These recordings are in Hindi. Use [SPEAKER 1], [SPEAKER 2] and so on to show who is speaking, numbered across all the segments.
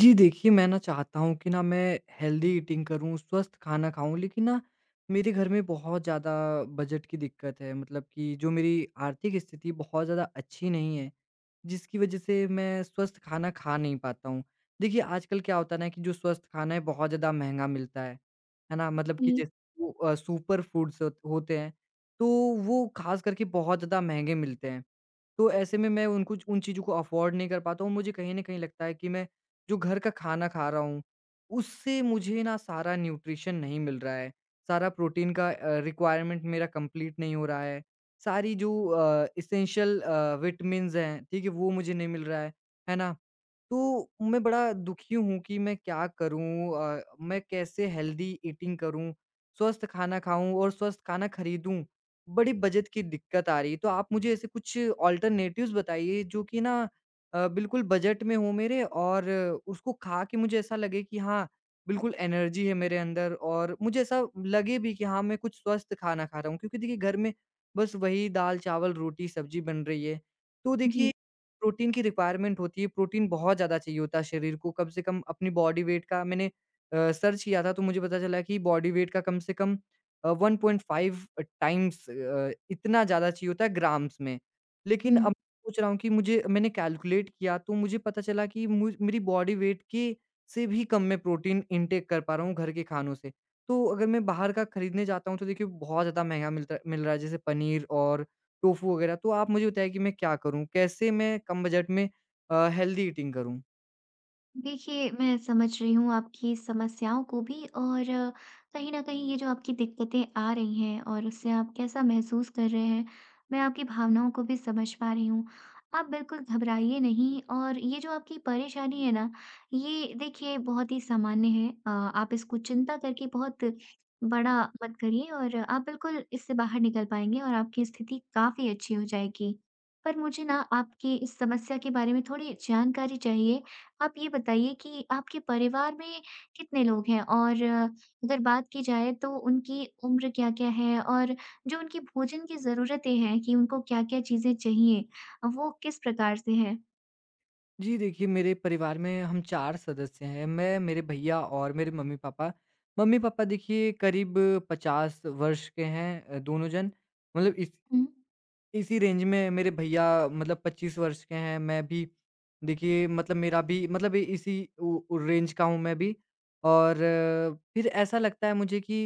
[SPEAKER 1] जी देखिए, मैं ना चाहता हूँ कि ना मैं हेल्दी ईटिंग करूँ, स्वस्थ खाना खाऊँ लेकिन ना मेरे घर में बहुत ज़्यादा बजट की दिक्कत है। मतलब कि जो मेरी आर्थिक स्थिति बहुत ज़्यादा अच्छी नहीं है, जिसकी वज़ह से मैं स्वस्थ खाना खा नहीं पाता हूँ। देखिए, आजकल क्या होता है ना कि जो स्वस्थ खाना है बहुत ज़्यादा महँगा मिलता है ना? मतलब
[SPEAKER 2] जी,
[SPEAKER 1] कि जैसे वो सुपर फूड्स होते हैं, तो वो ख़ास करके बहुत ज़्यादा महँगे मिलते हैं। तो ऐसे में मैं उनको उन चीज़ों को अफ़ोर्ड नहीं कर पाता हूँ। मुझे कहीं न कहीं लगता है कि मैं जो घर का खाना खा रहा हूँ, उससे मुझे ना सारा न्यूट्रिशन नहीं मिल रहा है, सारा प्रोटीन का रिक्वायरमेंट मेरा कंप्लीट नहीं हो रहा है। सारी जो एसेंशियल विटामिन्स हैं, ठीक है, वो मुझे नहीं मिल रहा है ना? तो मैं बड़ा दुखी हूँ कि मैं क्या करूँ मैं कैसे हेल्दी ईटिंग करूँ, स्वस्थ खाना खाऊँ और स्वस्थ खाना खरीदूँ? बड़ी बजट की दिक्कत आ रही है, तो आप मुझे ऐसे कुछ ऑल्टरनेटिव्स बताइए जो कि ना बिल्कुल बजट में हो मेरे और उसको खा के मुझे ऐसा लगे कि हाँ, बिल्कुल एनर्जी है मेरे अंदर और मुझे ऐसा लगे भी कि हाँ, मैं कुछ स्वस्थ खाना खा रहा हूँ। क्योंकि देखिए घर में बस वही दाल, चावल, रोटी, सब्जी बन रही है, तो देखिए
[SPEAKER 2] जी।
[SPEAKER 1] प्रोटीन की रिक्वायरमेंट होती है, प्रोटीन बहुत ज़्यादा चाहिए होता है शरीर को, कम से कम अपनी बॉडी वेट का मैंने सर्च किया था तो मुझे पता चला कि बॉडी वेट का कम से कम 1.5 टाइम्स इतना ज़्यादा चाहिए होता है ग्राम्स में। लेकिन
[SPEAKER 2] हुँ।
[SPEAKER 1] अब सोच रहा हूँ कि मुझे मैंने कैलकुलेट किया तो मुझे पता चला कि मुझ मेरी बॉडी वेट के से भी कम मैं प्रोटीन इनटेक कर पा रहा हूँ घर के खानों से। तो अगर मैं बाहर का खरीदने जाता हूँ तो देखिए बहुत ज़्यादा महँगा मिल रहा है जैसे पनीर और टोफू वगैरह। तो आप मुझे बताइए कि मैं क्या करूँ? कैसे मैं कम बजट में हेल्दी ईटिंग करूँ?
[SPEAKER 2] देखिए, मैं समझ रही हूँ आपकी समस्याओं को भी और कहीं न कहीं ये जो आपकी दिक्कतें आ रही हैं और उससे आप कैसा महसूस कर रहे हैं, मैं आपकी भावनाओं को भी समझ पा रही हूँ। आप बिल्कुल घबराइए नहीं, और ये जो आपकी परेशानी है ना, ये देखिए बहुत ही सामान्य है। आप इसको चिंता करके बहुत बड़ा मत करिए और आप बिल्कुल इससे बाहर निकल पाएँगे और आपकी स्थिति काफ़ी अच्छी हो जाएगी। पर मुझे ना आपकी इस समस्या के बारे में थोड़ी जानकारी चाहिए। आप ये बताइए कि आपके परिवार में कितने लोग हैं? और अगर बात की जाए तो उनकी उम्र क्या-क्या है? और जो उनकी भोजन की ज़रूरतें हैं कि उनको क्या-क्या चीज़ें चाहिए, वो किस प्रकार से हैं?
[SPEAKER 1] जी, देखिए मेरे परिवार में हम 4 सदस्य हैं। मैं, मेरे भैया और मेरे मम्मी-पापा। मम्मी-पापा देखिए करीब 50 वर्ष के हैं दोनों जन। मतलब इस
[SPEAKER 2] हुँ,
[SPEAKER 1] इसी रेंज में मेरे भैया मतलब 25 वर्ष के हैं। मैं भी देखिए मतलब मेरा भी मतलब इसी उ उ रेंज का हूँ मैं भी। और फिर ऐसा लगता है मुझे कि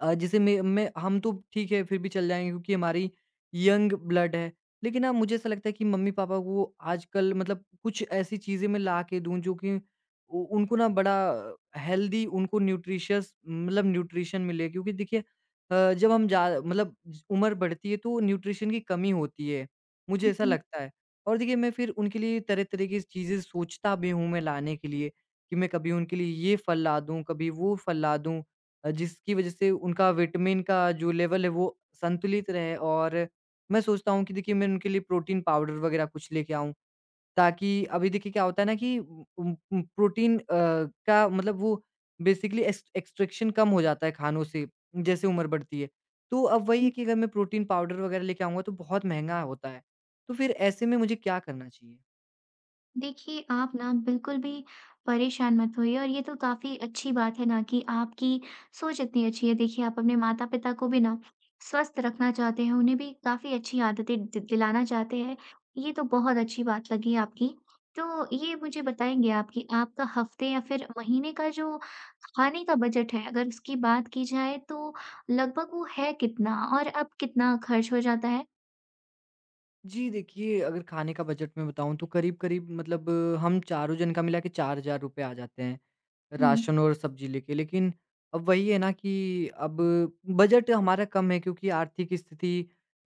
[SPEAKER 1] जैसे मैं हम तो ठीक है फिर भी चल जाएँगे क्योंकि हमारी यंग ब्लड है। लेकिन ना मुझे ऐसा लगता है कि मम्मी-पापा को आजकल मतलब कुछ ऐसी चीज़ें मैं ला के दूँ जो कि उ उनको ना बड़ा हेल्दी उनको न्यूट्रिशियस मतलब न्यूट्रिशन मिले क्योंकि देखिए जब हम जा मतलब ज उम्र बढ़ती है तो न्यूट्रिशन की कमी होती है, मुझे ऐसा
[SPEAKER 2] जी,
[SPEAKER 1] लगता है। और देखिए मैं फिर उनके लिए तरह-तरह की चीज़ें सोचता भी हूँ मैं लाने के लिए, कि मैं कभी उनके लिए ये फल ला दूँ, कभी वो फल ला दूँ। जिसकी वजह से उनका विटामिन का जो लेवल है वो संतुलित रहे और मैं सोचता हूँ कि देखिए मैं उनके लिए प्रोटीन पाउडर वगैरह कुछ लेके आऊँ ताकि अभी देखिए क्या होता है ना कि प्रोटीन का मतलब वो बेसिकली एक्सट्रैक्शन कम हो जाता है खानों से जैसे उम्र बढ़ती है। तो अब वही है
[SPEAKER 2] जी।
[SPEAKER 1] कि अगर मैं प्रोटीन पाउडर वगैरह लेके आऊँगा तो बहुत महँगा होता है। तो फिर ऐसे में मुझे क्या करना चाहिए?
[SPEAKER 2] देखिए, आप ना बिल्कुल भी परेशान मत होइए, और ये तो काफ़ी अच्छी बात है ना कि आपकी सोच इतनी अच्छी है। देखिए, आप अपने माता-पिता को भी ना स्वस्थ रखना चाहते हैं, उन्हें भी काफ़ी अच्छी आदतें दि दिलाना चाहते हैं। ये तो बहुत अच्छी बात लगी आपकी। तो ये मुझे बताएँगे आप कि आपका हफ़्ते या फिर महीने का जो खाने का बजट है, अगर उसकी बात की जाए तो लगभग वो है कितना, और अब कितना खर्च हो जाता है?
[SPEAKER 1] जी, देखिए अगर खाने का बजट मैं बताऊँ तो करीब-करीब मतलब हम चारों जन का मिला के ₹4000 आ जाते हैं,
[SPEAKER 2] हुँ,
[SPEAKER 1] राशन और सब्ज़ी लेके। लेकिन अब वही है ना कि अब बजट हमारा कम है क्योंकि आर्थिक स्थिति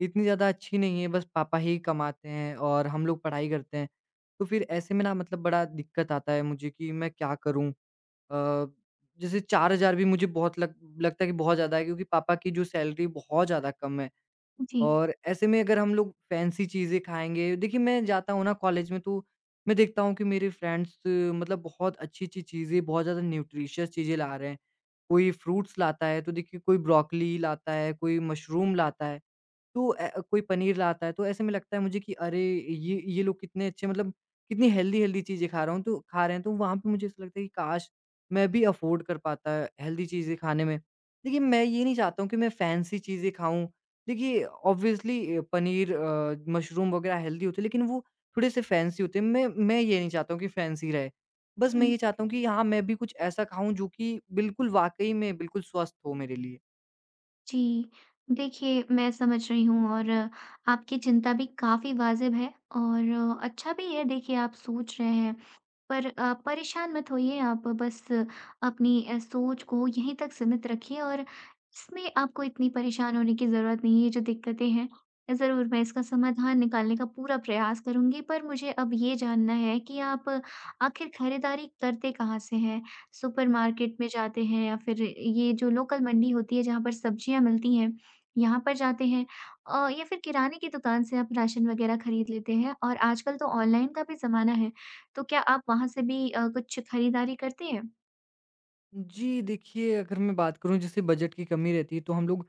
[SPEAKER 1] इतनी ज़्यादा अच्छी नहीं है, बस पापा ही कमाते हैं और हम लोग पढ़ाई करते हैं। तो फिर ऐसे में ना मतलब बड़ा दिक्कत आता है मुझे कि मैं क्या करूँ? अ, जैसे 4000 भी मुझे बहुत लग लगता है कि बहुत ज़्यादा है क्योंकि पापा की जो सैलरी बहुत ज़्यादा कम है।
[SPEAKER 2] जी।
[SPEAKER 1] और ऐसे में अगर हम लोग फैंसी चीज़ें खाएँगे देखिए मैं जाता हूँ ना कॉलेज में तो मैं देखता हूँ कि मेरे फ्रेंड्स मतलब बहुत अच्छी-अच्छी चीज़ें, बहुत ज़्यादा न्यूट्रिशियस चीज़ें ला रहे हैं। कोई फ्रूट्स लाता है तो देखिए कोई ब्रोकली लाता है, कोई मशरूम लाता है। तो कोई पनीर लाता है, तो ऐसे में लगता है मुझे कि अरे! ये लोग कितने अच्छे मतलब कितनी हेल्दी-हेल्दी चीज़ें खा रहे हैं, तो वहाँ पे मुझे ऐसा लगता है कि काश! मैं भी अफ़ोर्ड कर पाता हेल्दी चीज़ें खाने में। देखिए, मैं ये नहीं चाहता हूँ कि मैं फैंसी चीज़ें खाऊँ। देखिए, ऑब्वियसली पनीर मशरूम वग़ैरह हेल्दी होते हैं, लेकिन वो थोड़े-से फैंसी होते हैं। मैं ये नहीं चाहता हूँ कि फैंसी रहे। बस मैं
[SPEAKER 2] हुँ।
[SPEAKER 1] ये चाहता हूँ कि हाँ, मैं भी कुछ ऐसा खाऊँ जो कि बिल्कुल वाक़ई में बिल्कुल स्वस्थ हो मेरे लिए।
[SPEAKER 2] जी। देखिए, मैं समझ रही हूँ, और आपकी चिंता भी काफ़ी वाजिब है और अच्छा भी है, देखिए आप सोच रहे हैं। पर परेशान मत होइए, आप बस अपनी सोच को यहीं तक सीमित रखिए और इसमें आपको इतनी परेशान होने की ज़रूरत नहीं है। ये जो दिक्कतें हैं, ज़रूर मैं इसका समाधान निकालने का पूरा प्रयास करूँगी। पर मुझे अब ये जानना है कि आप आखिर खरीदारी करते कहाँ से हैं? सुपरमार्केट में जाते हैं, या फिर ये जो लोकल मंडी होती है जहाँ पर सब्जियाँ मिलती हैं, यहाँ पर जाते हैं? या फिर किराने की दुकान से आप राशन वग़ैरह खरीद लेते हैं? और आजकल तो ऑनलाइन का भी ज़माना है। तो क्या आप वहाँ से भी कुछ खरीदारी करते हैं?
[SPEAKER 1] जी, देखिए अगर मैं बात करूँ जैसे बजट की कमी रहती है तो हम लोग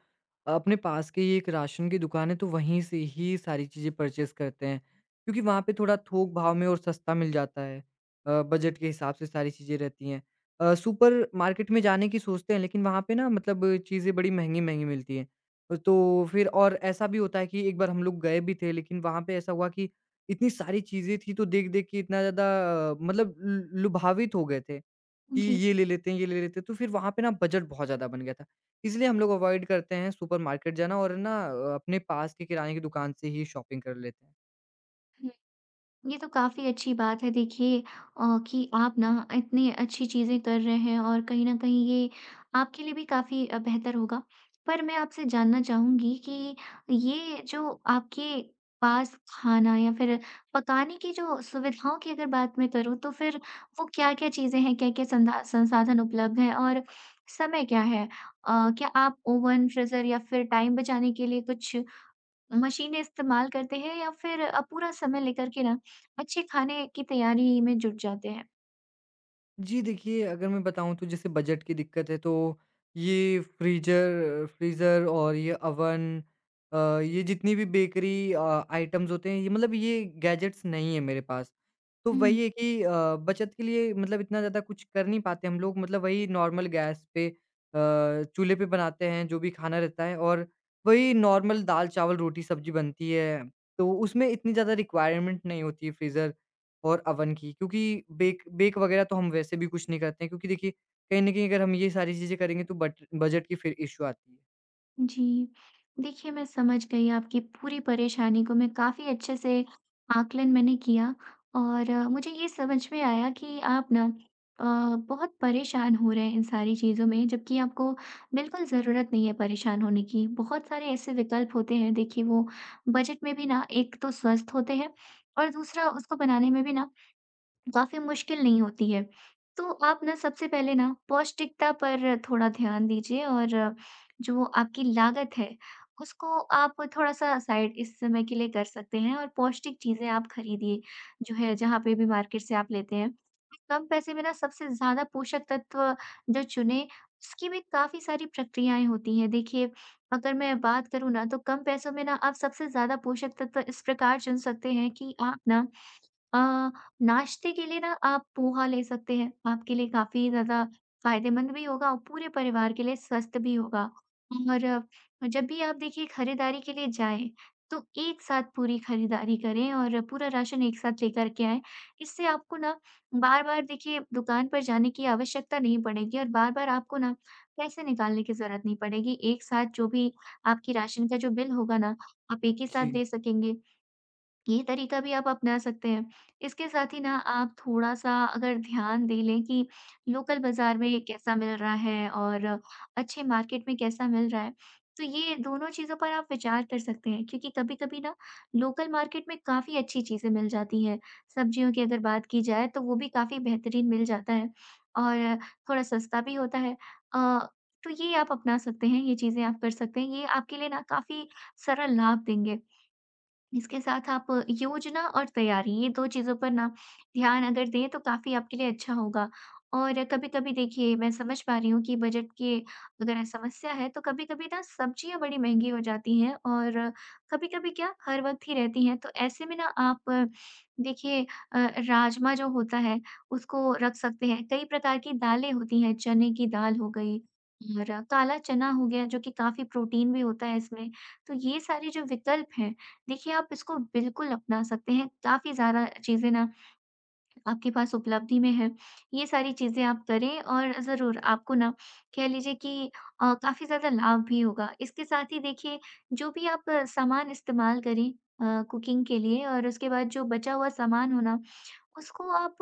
[SPEAKER 1] अपने पास के ही एक राशन की दुकान है तो वहीं से ही सारी चीज़ें परचेज़ करते हैं। क्योंकि वहाँ पे थोड़ा थोक भाव में और सस्ता मिल जाता है। बजट के हिसाब से सारी चीज़ें रहती हैं। सुपरमार्केट में जाने की सोचते हैं लेकिन वहाँ पे ना मतलब चीज़ें बड़ी महँगी-महँगी मिलती हैं। तो फिर और ऐसा भी होता है कि एक बार हम लोग गए भी थे लेकिन वहाँ पे ऐसा हुआ कि इतनी सारी चीज़ें थी तो देख-देख के इतना ज़्यादा मतलब लु लुभावित हो गए थे। कि
[SPEAKER 2] जी।
[SPEAKER 1] ये ले लेते हैं, ये ले लेते हैं, तो फिर वहाँ पे ना बजट बहुत ज़्यादा बन गया था। इसलिए हम लोग अवॉइड करते हैं सुपरमार्केट जाना और ना अपने पास के किराने की दुकान से ही शॉपिंग कर लेते हैं।
[SPEAKER 2] हुँ। ये तो काफ़ी अच्छी बात है, देखिए कि आप ना इतनी अच्छी चीज़ें कर रहे हैं, और कहीं न कहीं ये आपके लिए भी काफ़ी बेहतर होगा। पर मैं आपसे जानना चाहूँगी कि ये जो आपके पास खाना या फिर पकाने की जो सुविधाओं की अगर बात मैं करूँ, तो फिर वो क्या-क्या चीज़ें हैं? क्या-क्या संधा संसाधन उपलब्ध हैं? और समय क्या है? क्या आप ओवन, फ्रीज़र या फिर टाइम बचाने के लिए कुछ मशीनें इस्तेमाल करते हैं, या फिर पूरा समय लेकर के ना अच्छे खाने की तैयारी में जुट जाते हैं?
[SPEAKER 1] जी, देखिए अगर मैं बताऊँ तो जैसे बजट की दिक्कत है तो ये फ्रीजर फ्रीज़र और ये ओवन ये जितनी भी बेकरी आइटम्स होते हैं ये मतलब ये गैजेट्स नहीं है मेरे पास। तो
[SPEAKER 2] हुँ,
[SPEAKER 1] वही है कि बचत के लिए मतलब इतना ज़्यादा कुछ कर नहीं पाते हम लोग मतलब वही नॉर्मल गैस पे चूल्हे पे बनाते हैं जो भी खाना रहता है और वही नॉर्मल दाल, चावल, रोटी, सब्ज़ी बनती है। तो उसमें इतनी ज़्यादा रिक्वायरमेंट नहीं होती है फ्रीज़र और अवन की क्योंकि बेक बेक वगैरह तो हम वैसे भी कुछ नहीं करते हैं क्योंकि देखिए कहीं न कहीं अगर हम ये सारी चीज़ें करेंगे तो बट बजट की फिर इश्यू आती है।
[SPEAKER 2] जी। देखिए, मैं समझ गई आपकी पूरी परेशानी को। मैं काफ़ी अच्छे से आकलन मैंने किया, और मुझे ये समझ में आया कि आप ना अ, बहुत परेशान हो रहे हैं इन सारी चीज़ों में, जबकि आपको बिल्कुल ज़रूरत नहीं है परेशान होने की। बहुत सारे ऐसे विकल्प होते हैं, देखिए वो बजट में भी ना एक तो स्वस्थ होते हैं, और दूसरा उसको बनाने में भी ना काफ़ी मुश्किल नहीं होती है। तो आप ना सबसे पहले ना पौष्टिकता पर थोड़ा ध्यान दीजिए, और जो आपकी लागत है, उसको आप थोड़ा-सा साइड इस समय के लिए कर सकते हैं, और पौष्टिक चीज़ें आप खरीदिए, जो है जहाँ पे भी मार्केट से आप लेते हैं। कम पैसे में ना सबसे ज़्यादा पोषक तत्व जो चुनें, उसकी भी काफ़ी सारी प्रक्रियाएँ होती हैं। देखिए, अगर मैं बात करूँ ना, तो कम पैसों में ना आप सबसे ज़्यादा पोषक तत्व इस प्रकार चुन सकते हैं कि आप ना अ, नाश्ते के लिए ना आप पोहा ले सकते हैं, आपके लिए काफ़ी ज़्यादा फ़ायदेमंद भी होगा और पूरे परिवार के लिए स्वस्थ भी होगा। और जब भी आप देखिए खरीदारी के लिए जाएँ, तो एक साथ पूरी खरीदारी करें और पूरा राशन एक साथ लेकर के आएँ। इससे आपको ना बार-बार देखिए दुकान पर जाने की आवश्यकता नहीं पड़ेगी, और बार-बार आपको ना पैसे निकालने की ज़रूरत नहीं पड़ेगी। एक साथ जो भी आपकी राशन का जो बिल होगा ना, आप एक ही साथ
[SPEAKER 1] जी।
[SPEAKER 2] दे सकेंगे। ये तरीका भी आप अपना सकते हैं। इसके साथ ही ना आप थोड़ा-सा अगर ध्यान दे लें कि लोकल बाज़ार में कैसा मिल रहा है और अच्छे मार्केट में कैसा मिल रहा है, तो ये दोनों चीज़ों पर आप विचार कर सकते हैं, क्योंकि कभी-कभी ना लोकल मार्केट में काफ़ी अच्छी चीज़ें मिल जाती हैं। सब्जियों की अगर बात की जाए तो वो भी काफ़ी बेहतरीन मिल जाता है, और थोड़ा सस्ता भी होता है। अ, तो ये आप अपना सकते हैं, ये चीज़ें आप कर सकते हैं। ये आपके लिए ना काफ़ी सरल लाभ देंगे। इसके साथ आप योजना और तैयारी, ये 2 चीज़ों पर ना ध्यान अगर दें, तो काफ़ी आपके लिए अच्छा होगा। और कभी-कभी देखिए मैं समझ पा रही हूँ कि बजट की अगर समस्या है, तो कभी-कभी ना सब्जियाँ बड़ी महँगी हो जाती हैं, और कभी-कभी क्या हर वक़्त ही रहती हैं। तो ऐसे में ना आप देखिए राजमा जो होता है उसको रख सकते हैं। कई प्रकार की दालें होती हैं, चने की दाल हो गई और काला चना हो गया, जो कि काफ़ी प्रोटीन भी होता है इसमें। तो ये सारे जो विकल्प हैं, देखिए आप इसको बिल्कुल अपना सकते हैं। काफ़ी ज़्यादा चीज़ें ना आपके पास उपलब्धि में हैं। ये सारी चीज़ें आप करें, और ज़रूर आपको ना कह लीजिए कि काफ़ी ज़्यादा लाभ भी होगा। इसके साथ ही देखिए, जो भी आप सामान इस्तेमाल करें कुकिंग के लिए, और उसके बाद जो बचा हुआ सामान हो ना, उसको आप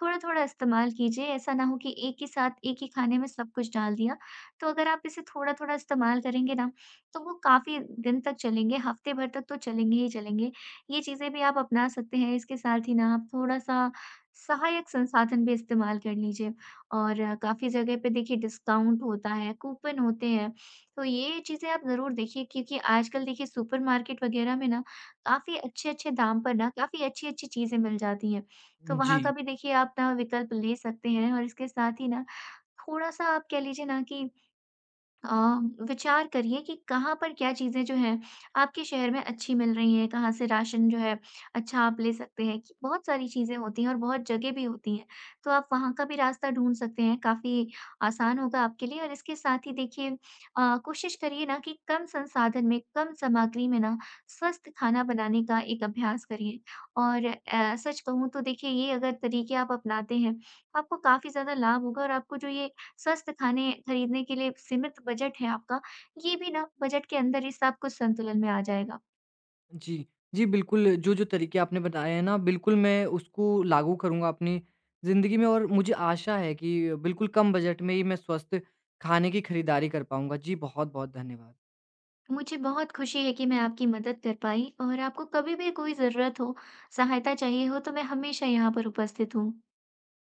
[SPEAKER 2] थोड़ा-थोड़ा इस्तेमाल कीजिए, ऐसा ना हो कि एक ही साथ एक ही खाने में सब कुछ डाल दिया। तो अगर आप इसे थोड़ा-थोड़ा इस्तेमाल करेंगे ना, तो वो काफ़ी दिन तक चलेंगे, हफ्ते भर तक तो चलेंगे ही चलेंगे। ये चीज़ें भी आप अपना सकते हैं, इसके साथ ही ना आप थोड़ा-सा सहायक संसाधन भी इस्तेमाल कर लीजिए, और काफ़ी जगह पे देखिए डिस्काउंट होता है, कूपन होते हैं, तो ये चीज़ें आप ज़रूर देखिए, क्योंकि आजकल देखिए सुपरमार्केट वगैरह में ना काफ़ी अच्छे-अच्छे दाम पर ना काफ़ी अच्छी-अच्छी चीज़ें मिल जाती हैं। तो
[SPEAKER 1] जी,
[SPEAKER 2] वहाँ का भी देखिए आप ना विकल्प ले सकते हैं, और इसके साथ ही ना थोड़ा-सा आप कह लीजिए ना कि अ, विचार करिए कि कहाँ पर क्या चीज़ें जो हैं आपके शहर में अच्छी मिल रही हैं, कहाँ से राशन जो है अच्छा आप ले सकते हैं, कि बहुत सारी चीज़ें होती हैं और बहुत जगह भी होती हैं। तो आप वहाँ का भी रास्ता ढूँढ सकते हैं, काफ़ी आसान होगा आपके लिए। और इसके साथ ही देखिए कोशिश करिए ना कि कम संसाधन में, कम सामग्री में ना स्वस्थ खाना बनाने का एक अभ्यास करिए। और सच कहूँ तो देखिए, ये अगर तरीके आप अपनाते हैं, आपको काफ़ी ज़्यादा लाभ होगा, और आपको जो ये स्वस्थ खाने खरीदने के लिए सीमित बजट है आपका, ये भी ना बजट के अंदर ही सब कुछ संतुलन में आ जाएगा।
[SPEAKER 1] जी। जी, बिल्कुल जो-जो तरीके आपने बताए हैं ना बिल्कुल मैं उसको लागू करूँगा अपनी ज़िंदगी में और मुझे आशा है कि बिल्कुल कम बजट में ही मैं स्वस्थ खाने की खरीदारी कर पाऊँगा। जी, बहुत-बहुत धन्यवाद।
[SPEAKER 2] मुझे बहुत खुशी है कि मैं आपकी मदद कर पाई, और आपको कभी भी कोई ज़रूरत हो, सहायता चाहिए हो, तो मैं हमेशा यहाँ पर उपस्थित हूँ।